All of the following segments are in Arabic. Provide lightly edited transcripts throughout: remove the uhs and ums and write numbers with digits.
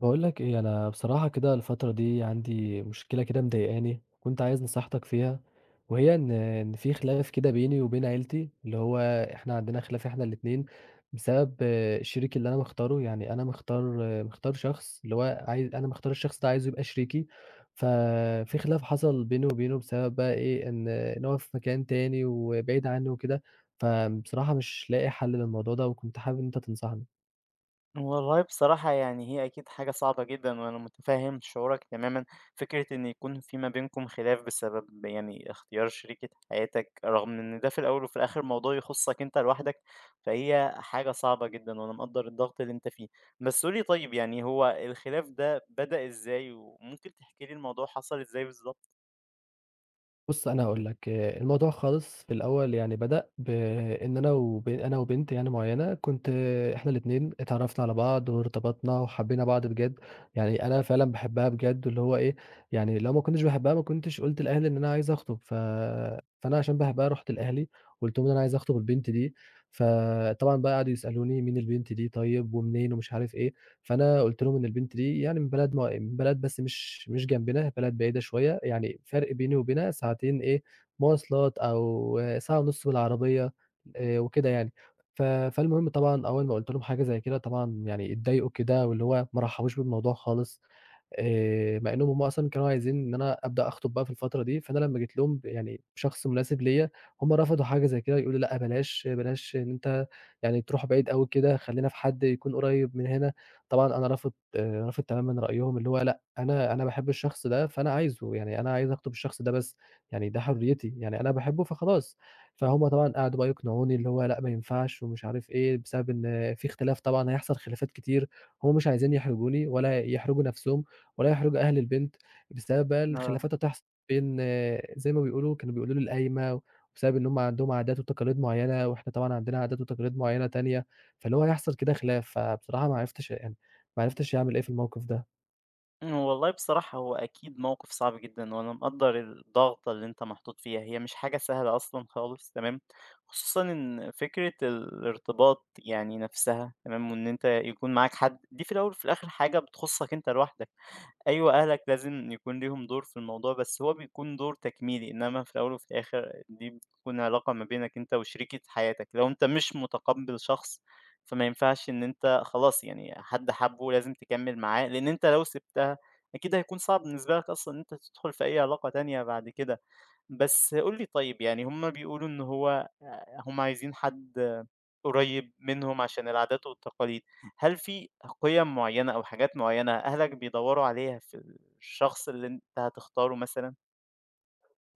باقول لك إيه، أنا بصراحة كده الفترة دي عندي مشكلة كده مضايقاني، كنت عايز نصيحتك فيها، وهي إن في خلاف كده بيني وبين عيلتي، اللي هو إحنا عندنا خلاف إحنا الاتنين بسبب الشريك اللي أنا مختاره، يعني أنا مختار شخص اللي هو عايز أنا مختار الشخص ده عايزه يبقى شريكي. ففي خلاف حصل بيني وبينه بسبب بقى إيه، إن هو في مكان تاني وبعيد عني وكده. فبصراحة مش لاقي حل للموضوع ده، وكنت حابب إن أنت تنصحني. والله بصراحة يعني هي أكيد حاجة صعبة جدًا، وأنا متفهم شعورك تمامًا، فكرة إن يكون في ما بينكم خلاف بسبب يعني اختيار شريكة حياتك، رغم إن ده في الأول وفي الآخر موضوع يخصك أنت لوحدك، فهي حاجة صعبة جدًا، وأنا مقدّر الضغط اللي أنت فيه. بس قُل لي طيب يعني هو الخلاف ده بدأ إزاي، وممكن تحكي لي الموضوع حصل إزاي بالضبط؟ بُص، أنا هاقول لك، الموضوع خالص في الأول يعني بدأ بإن أنا وب أنا وبنت يعني معيّنة كنت إحنا الاتنين اتعرّفنا على بعض وارتبطنا وحبّينا بعض بجد. يعني أنا فعلًا باحبها بجد واللي هو إيه، يعني لو ما كنتش باحبها ما كنتش قُلت لأهلي إن أنا عايز أخطب. فأنا عشان باحبها رُحت لأهلي وقُلت لهم إن أنا عايز أخطب البنت دي. فطبعًا بقى قعدوا يسألوني مين البنت دي طيب ومنين ومش عارف إيه، فأنا قُلت لهم إن البنت دي يعني من بلد من بلد بس مش جنبنا، بلد بعيدة شوية، يعني فرق بيني وبينها ساعتين إيه، مواصلات أو ساعة ونُص بالعربية وكده يعني. فالمهم طبعًا أول ما قُلت لهم حاجة زي كده طبعًا يعني اتضايقوا كده واللي هو ما رحّبوش بالموضوع خالص. مع إنّهم هُم أصلًا كانوا عايزين إن أنا أبدأ أخطب بقى في الفترة دي، فأنا لمّا جيت لهم يعني بشخص مناسب ليّا، هُم رفضوا حاجة زي كده، يقولوا لأ بلاش، بلاش إن أنت يعني تروح بعيد أوي كده، خلّينا في حد يكون قريّب من هنا. طبعًا أنا رافض تمامًا رأيهم، اللي هو لأ، أنا باحب الشخص ده، فأنا عايزه، يعني أنا عايز أخطب الشخص ده بس، يعني ده حريتي، يعني أنا باحبه فخلاص. فهُم طبعًا قعدوا بقى يقنعوني اللي هو لأ ما ينفعش ومش عارف إيه، بسبب إن في اختلاف طبعًا هيحصل خلافات كتير، هُم مش عايزين يحرجوني ولا يحرجوا نَفْسهم ولا يحرج أهل البنت بسبب بقى آه. الخلافات اللي تحصل بين زي ما بيقولوا كانوا بيقولوا لي القايمة، وبسبب إن هم عندهم عادات وتقاليد معيّنة وإحنا طبعًا عندنا عادات وتقاليد معيّنة تانية، فاللي هو هيحصل كده خلاف. فبصراحة ما عرفتش يعني ما عرفتش أعمل إيه في الموقف ده. والله بصراحة هو أكيد موقف صعب جدًا، وأنا مقدّر الضغطة اللي أنت محطوط فيها، هي مش حاجة سهلة أصلًا خالص تمام، خصوصًا إن فكرة الارتباط يعني نفسها تمام، وإن أنت يكون معاك حد، دي في الأول وفي الآخر حاجة بتخصّك أنت لوحدك. أيوه، أهلك لازم يكون ليهم دور في الموضوع، بس هو بيكون دور تكميلي، إنما في الأول وفي الآخر دي بتكون علاقة ما بينك أنت وشريكة حياتك، لو أنت مش متقبّل شخص، فما ينفعش إن أنت خلاص يعني حد حَبّه لازم تكمّل معاه، لإن أنت لو سِبتها أكيد هيكون صعب بالنسبة لك أصلًا إن أنت تدخل في أي علاقة تانية بعد كده. بس قُل لي طيب، يعني هم بيقولوا إن هو هم عايزين حد قريّب منهم عشان العادات والتقاليد، هل في قِيَم معيّنة أو حاجات معيّنة أهلك بيدوّروا عليها في الشخص اللي أنت هتختاره مثلًا؟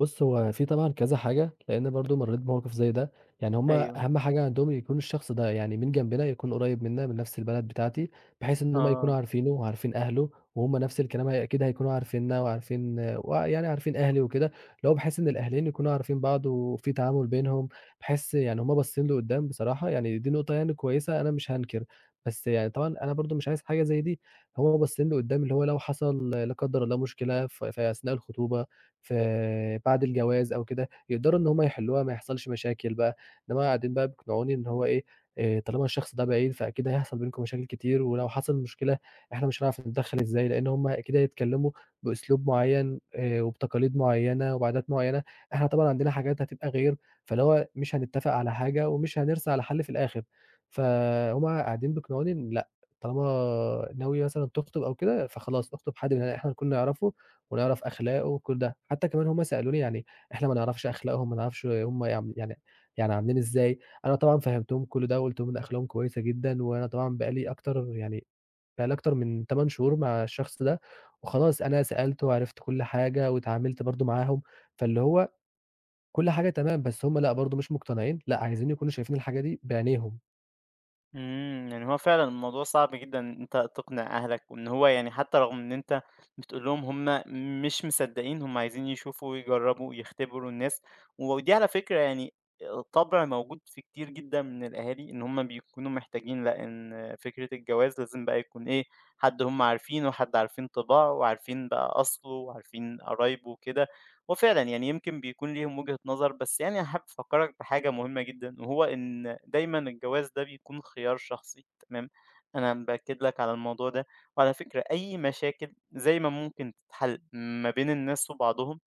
بُص، هو في طبعًا كذا حاجة، لإن برضه مرّيت بموقف زي ده، يعني هم أيوه، أهم حاجة عندهم يكون الشخص ده يعني من جنبنا، يكون قريب منا من نفس البلد بتاعتي، بحيث إن هم يكونوا آه. عارفينه وعارفين أهله، وهم نفس الكلام هي أكيد هيكونوا عارفيننا وعارفين ويعني عارفين أهلي وكده، اللي هو بحيث إن الأهلين يكونوا عارفين بعض وفي تعامل بينهم، بحيث يعني هم باصين لقدّام بصراحة، يعني دي نقطة يعني كويسة أنا مش هانكر. بس يعني طبعًا أنا برضه مش عايز حاجة زي دي. هم باصين لقدّام اللي هو لو حصل لا قدّر الله مشكلة في أثناء الخطوبة في بعد الجواز أو كده، يقدروا إن هُم يحلّوها ما يحصلش مشاكل بقى. إنّما قاعدين بقى بيقنعوني إن هو إيه، طالما الشخص ده بعيد فأكيد هيحصل بينكم مشاكل كتير، ولو حصل مشكلة إحنا مش هنعرف نتدخّل إزاي، لإن هُم أكيد هيتكلّموا بأسلوب معيّن وبتقاليد معيّنة وبعادات معيّنة، إحنا طبعًا عندنا حاجات هتبقى غير، فاللي هو مش هنتّفق على حاجة ومش هنرسى على حَل في الآخِر. فهُم قاعدين بيقنعوني إن لأ، طالما ناوية مثلًا تخطب أو كده، فخلاص اخطب حد من اللي إحنا نكون نعرفه ونعرف أخلاقه وكل ده. حتى كمان هم سألوني يعني إحنا ما نعرفش أخلاقهم، ما نعرفش هم يعم يعني يعني عاملين إزاي. أنا طبعًا فهّمتهم كل ده وقُلت لهم إن أخلاقهم كويسة جدًا، وأنا طبعًا بقى لي أكتر من 8 شهور مع الشخص ده، وخلاص أنا سألته وعرفت كل حاجة واتعاملت برضه معاهم، فاللي هو كل حاجة تمام. بس هم لأ برضه مش مقتنعين، لأ عايزين يكونوا شايفين الحاجة دي بعينيهم. يعني هو فعلًا الموضوع صعب جدًا إن أنت تقنع أهلك، وإن هو يعني حتى رغم إن أنت بتقول لهم هم مش مصدقين، هم عايزين يشوفوا ويجربوا يختبروا الناس، ودي على فكرة يعني طبع موجود في كتير جدًا من الأهالي، إن هم بيكونوا محتاجين لأ، إن فكرة الجواز لازم بقى يكون إيه، حد هم عارفينه، حد عارفين طباعه وعارفين بقى أصله وعارفين قرايبه وكده. وفعلًا يعني يمكن بيكون ليهم وجهة نظر، بس يعني أنا حابب أفكّرك بحاجة مهمة جدًا، وهو إن دايمًا الجواز ده بيكون خيار شخصي تمام، أنا بأكد لك على الموضوع ده، وعلى فكرة أي مشاكل زي ما ممكن تتحل ما بين الناس وبعضهم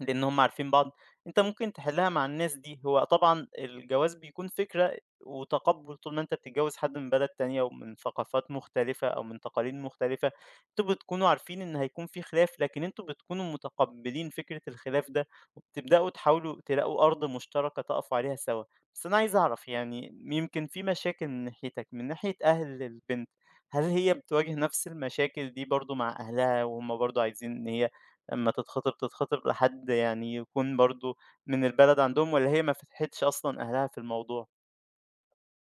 لأن هم عارفين بعض، أنت ممكن تحلّها مع الناس دي، هو طبعًا الجواز بيكون فكرة وتقبُّل طول ما أنت بتتجوّز حد من بلد تانية ومن ثقافات مختلفة أو من تقاليد مختلفة، أنتم بتكونوا عارفين إن هيكون في خلاف، لكن أنتم بتكونوا متقبّلين فكرة الخلاف ده وبتبدأوا تحاولوا تلاقوا أرض مشتركة تقفوا عليها سوا. بس أنا عايز أعرف يعني يمكن في مشاكل من ناحيتك، من ناحية أهل البنت، هل هي بتواجه نفس المشاكل دي برضه مع أهلها وهُم برضه عايزين إن هي أمّا تتخطب، تتخطب لحد يعني يكون برضه من البلد عندهم والّا هي ما فتحتش أصلًا أهلها في الموضوع؟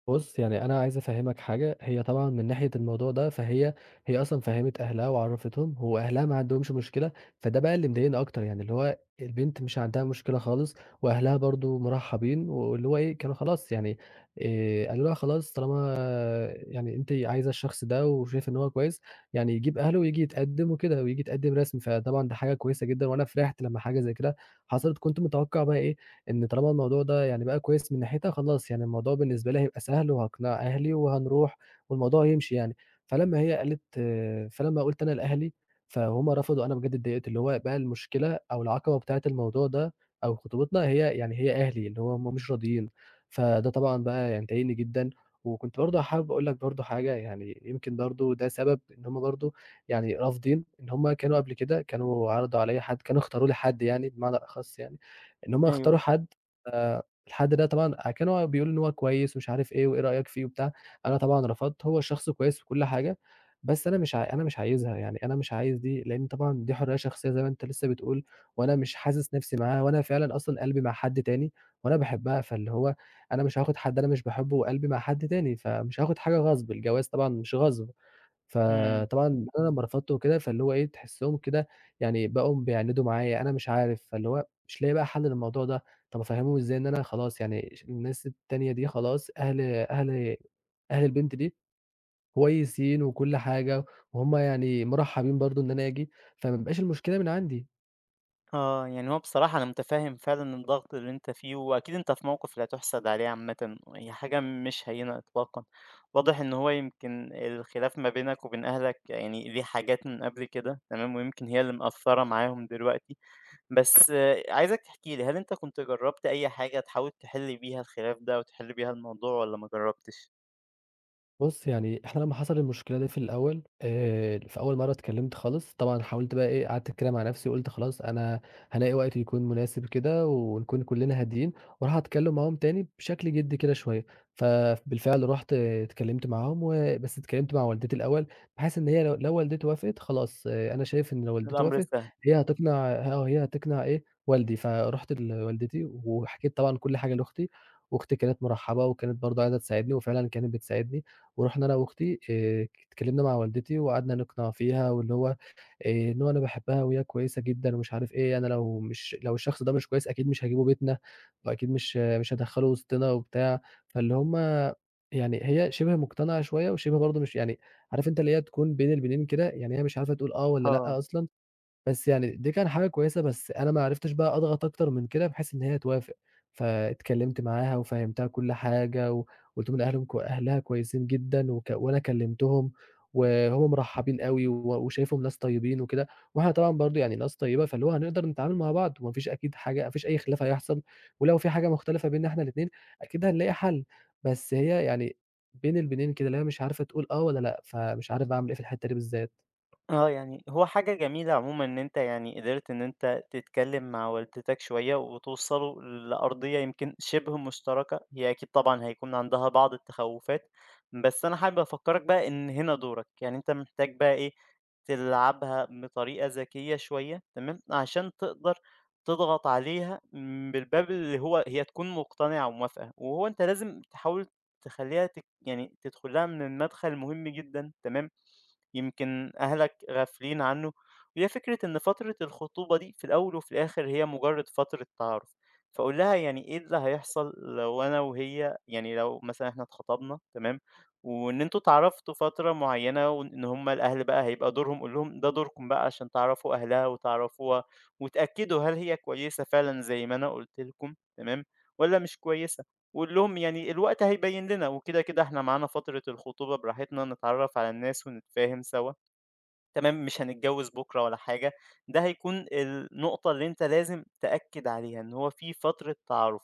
بُص، يعني أنا عايز أفهّمك حاجة، هي طبعًا من ناحية الموضوع ده فهي أصلًا فَهّمِت أهلها وعرّفتهم، هو أهلها ما عندهمش مشكلة. فده بقى اللي مضايقني أكتر، يعني اللي هو البنت مش عندها مشكلة خالص وأهلها برضه مرحّبين واللي هو إيه، كانوا خلاص يعني قالوا لها خلاص طالما يعني أنتِ عايزة الشخص ده وشايفة إن هو كويس، يعني يجيب أهله وييجي يتقدّم وكده وييجي يتقدّم رسمي، فطبعًا ده حاجة كويسة جدًا وأنا فرحت لمّا حاجة زي كده حصلت. كنت متوقّع بقى إيه، إن طالما الموضوع ده يعني بقى كويس من ناحيتها، خلاص يعني الموضوع بالنسبة لي هيبقى سهل وهاقنِع أهلي وهنروح والموضوع هيمشي يعني. فلمّا هي قالت فلمّا قُلت أنا لأهلي، فهُم رفضوا، أنا بجد اتضايقت، اللي هو بقى المشكلة أو العقبة بتاعة الموضوع ده أو خطوبتنا هي يعني هي أهلي، اللي هو هُم مش راضيين. فده طبعًا بقى يعني ضايقني جدًا. وكنت برضه حابب أقول لك برضه حاجة، يعني يمكن برضه ده سبب إن هُم برضه يعني رافضين، إن هُم كانوا قبل كده كانوا عرضوا عليَّ حد، كانوا اختاروا لي حد يعني بمعنى أخص يعني. إن هم أيوه، يختاروا حد الحد ده طبعًا كان هو بيقول إن هو كويس ومش عارف إيه، وإيه رأيك فيه وبتاع. أنا طبعًا رفضت، هو الشخص كويس وكل حاجة. بس أنا مش عايزها، يعني أنا مش عايز دي، لإن طبعًا دي حرية شخصية زي ما أنت لسه بتقول. وأنا مش حاسس نفسي معاها، وأنا فعلًا أصلًا قلبي مع حد تاني، وأنا باحبها، فاللي هو أنا مش هاخد حد أنا مش باحبه وقلبي مع حد تاني، فمش هاخد حاجة غصب. الجواز طبعًا مش غصب. إمم، فطبعًا أنا لمّا رفضته وكده، فاللي هو إيه، تحسّهم كده يعني بقوا بيعاندوا معايا، أنا مش عارف. فاللي هو مش لاقي بقى حل للموضوع ده. طَب أفهّمهم إزاي إن أنا خلاص يعني الناس التانية دي خلاص أهل البنت دي كويسين وكل حاجة، وهُم يعني مرحّبين برضه إن أنا آجي، فما بيبقاش المشكلة من عندي. آه، يعني هو بصراحة أنا متفهم فعلًا الضغط اللي أنت فيه، وأكيد أنت في موقف لا تُحسد عليه عامةً، هي حاجة مش هينة إطلاقًا. واضح إن هو يمكن الخلاف ما بينك وبين أهلك يعني ليه حاجات من قبل كده، تمام، ويمكن هي اللي مأثّرة معاهم دلوقتي. بس آه، عايزك تحكي لي، هل أنت كنت جرّبت أي حاجة تحاول تحل بيها الخلاف ده، وتحل بيها الموضوع والّا ما جرّبتش؟ بُص، يعني إحنا لمّا حصل المشكلة دي في الأول في أول مرّة اتكلّمت خالص، طبعًا حاولت بقى إيه، قعدت كده مع نَفْسي وقُلت خلاص أنا هالاقي وقت يكون مناسب كده ونكون كُلّنا هاديين وأروح أتكلّم معاهم تاني بشكل جدّي كده شوية. فبالفعل رُحت اتكلّمت معاهم بس اتكلّمت مع والدتي الأول بحيث إن هي لو والدتي وافقت خلاص أنا شايف إن لو والدتي الأمر وافقت سهل، هي هتقنع إيه، والدي. فرُحت لوالدتي وحكيت طبعًا كل حاجة لأختي، وأختي كانت مُرحّبة وكانت برضه عايزة تساعدني وفعلًا كانت بتساعدني. ورُحنا أنا وأختي اتكلّمنا مع والدتي وقعدنا نقنع فيها واللي هو إن هو أنا باحبها وهي كويسة جدًا ومش عارف إيه، أنا لو الشخص ده مش كويس أكيد مش هاجيبه بيتنا وأكيد مش هادخّله وسطنا وبتاع. فاللي هم يعني هي شِبه مقتنعة شوية وشِبه برضه مش يعني عارف أنت اللي هي تكون بين البنين كده، يعني هي مش عارفة تقول آه والّا آه، لأ أصلًا. بس يعني دي كان حاجة كويسة، بس أنا ما عرفتش بقى أضغط أكتر من كده بحيث إن هي توافق. فاتكلمت معاها وفهّمتها كل حاجة وقُلت لهم إن أهلهم كو أهلها كويسين جدًا وأنا كلمتهم وهُم مرحّبين أوي وشايفهم ناس طيبين وكده، وإحنا طبعًا برضه يعني ناس طيبة، فاللي هو هنقدر نتعامل مع بعض وما فيش أكيد حاجة ما فيش أي خلاف هيحصل، ولو في حاجة مختلفة بيننا إحنا الاتنين أكيد هنلاقي حَل. بس هي يعني بين البينين كده اللي هي مش عارفة تقول آه والّا لأ، فمش عارف باعمل إيه في الحتّة دي بالذات. آه، يعني هو حاجة جميلة عمومًا إن أنت يعني قدرت إن أنت تتكلم مع والدتك شوية وتوصلوا لأرضية يمكن شبه مشتركة، هي أكيد طبعًا هيكون عندها بعض التخوفات، بس أنا حابب أفكّرك بقى إن هنا دورك، يعني أنت محتاج بقى إيه، تلعبها بطريقة ذكية شوية تمام، عشان تقدر تضغط عليها من الباب اللي هو هي تكون مقتنعة وموافقة، وهو أنت لازم تحاول تخلّيها تك يعني تدخل لها من المدخل مهم جدًا تمام، يمكن أهلك غافلين عنه وهي فكرة إن فترة الخطوبة دي في الأول وفي الآخر هي مجرد فترة تعارف فأقول لها يعني إيه اللي هيحصل لو أنا وهي يعني لو مثلا إحنا اتخطبنا تمام وإن أنتوا اتعرفتوا فترة معينة وإن هما الأهل بقى هيبقى دورهم قول لهم ده دوركم بقى عشان تعرفوا أهلها وتعرفوها وتأكدوا هل هي كويسة فعلا زي ما أنا قلت لكم تمام ولا مش كويسة وقُل لهم يعني الوقت هيبيّن لنا، وكده، إحنا معانا فترة الخطوبة براحتنا نتعرّف على الناس ونتفاهم سوا، تمام، مش هنتجوّز بُكرة ولا حاجة، ده هيكون النقطة اللي أنت لازم تأكّد عليها، إن هو في فترة تعارُف.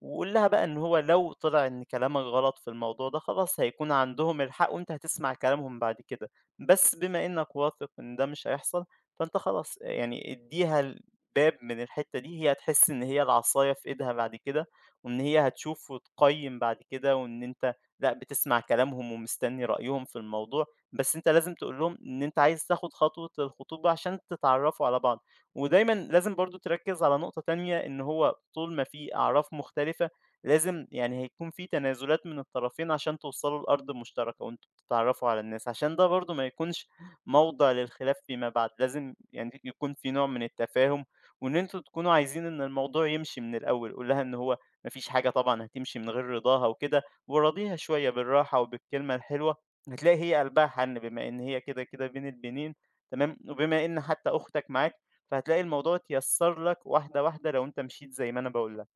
وقُل لها بقى إن هو لو طلع إن كلامك غلط في الموضوع ده، خلاص هيكون عندهم الحق وأنت هتسمع كلامهم بعد كده، بس بما إنك واثق إن ده مش هيحصل، فأنت خلاص يعني ادّيها الباب من الحتّة دي، هي هتحس إن هي العصاية في إيدها بعد كده، وإن هي هتشوف وتقيّم بعد كده، وإن أنت لأ، بتسمع كلامهم ومستني رأيهم في الموضوع، بس أنت لازم تقول لهم إن أنت عايز تاخد خطوة الخطوبة عشان تتعرّفوا على بعض. ودايمًا لازم برضه تركّز على نقطة تانية، إن هو طول ما في أعراف مختلفة لازم يعني هيكون في تنازلات من الطرفين عشان توصلوا لأرض مشتركة وأنتم بتتعرّفوا على الناس، عشان ده برضه ما يكونش موضع للخلاف فيما بعد، لازم يعني يكون في نوع من التفاهم، وإن أنتم تكونوا عايزين إن الموضوع يمشي من الأول، قُل لها إن هو ما فيش حاجة طبعًا هتمشي من غير رضاها وكده، وراضيها شوية بالراحة وبالكلمة الحلوة، هتلاقي هي قلبها حَنّ بما إن هي كده بين البنين تمام، وبما إن حتى أختك معاك فهتلاقي الموضوع اتيسّر لك واحدة، واحدة لو أنت مشيت زي ما أنا باقول لك.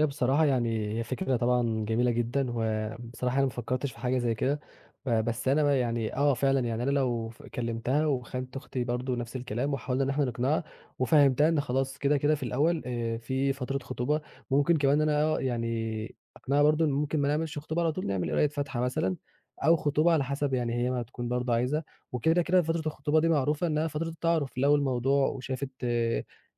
هي بصراحة يعني هي فكرة طبعًا جميلة جدًا، وبصراحة أنا ما فكّرتش في حاجة زي كده. بس أنا بقى يعني فعلًا، يعني أنا لو ف كلمتها وخالة أختي برضه نفس الكلام، وحاولنا إن إحنا نقنعها، وفهّمتها إن خلاص كده، كده في الأول في فترة خطوبة، ممكن كمان إن أنا يعني أقنعها برضه إن ممكن ما نعملش خطوبة على طول، نعمل قراية فاتحة مثلًا، أو خطوبة على حسب يعني هي ما هتكون برضه عايزة، وكده، كده فترة الخطوبة دي معروفة إنها فترة التعارُف. لو الموضوع وشافت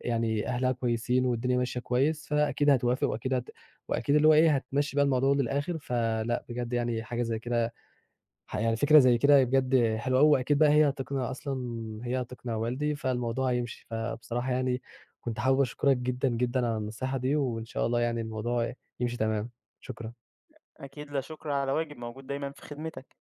يعني أهلها كويسين والدنيا ماشية كويس، فأكيد هتوافق وأكيد اللي هو إيه، هتمشّي بقى الموضوع للآخر. فلأ بجد يعني حاجة زي كده ح يعني فكرة زي كده بجد حلوة أوي، وأكيد بقى هي هتقنع أصلًا هي هتقنع والدي، فالموضوع هيمشي. فبصراحة يعني كنت حابب أشكرك جدًا، جدًا على النصيحة دي، وإن شاء الله يعني الموضوع يمشي تمام. شكرًا. أكيد لا شُكر على واجب، موجود دايمًا في خدمتك.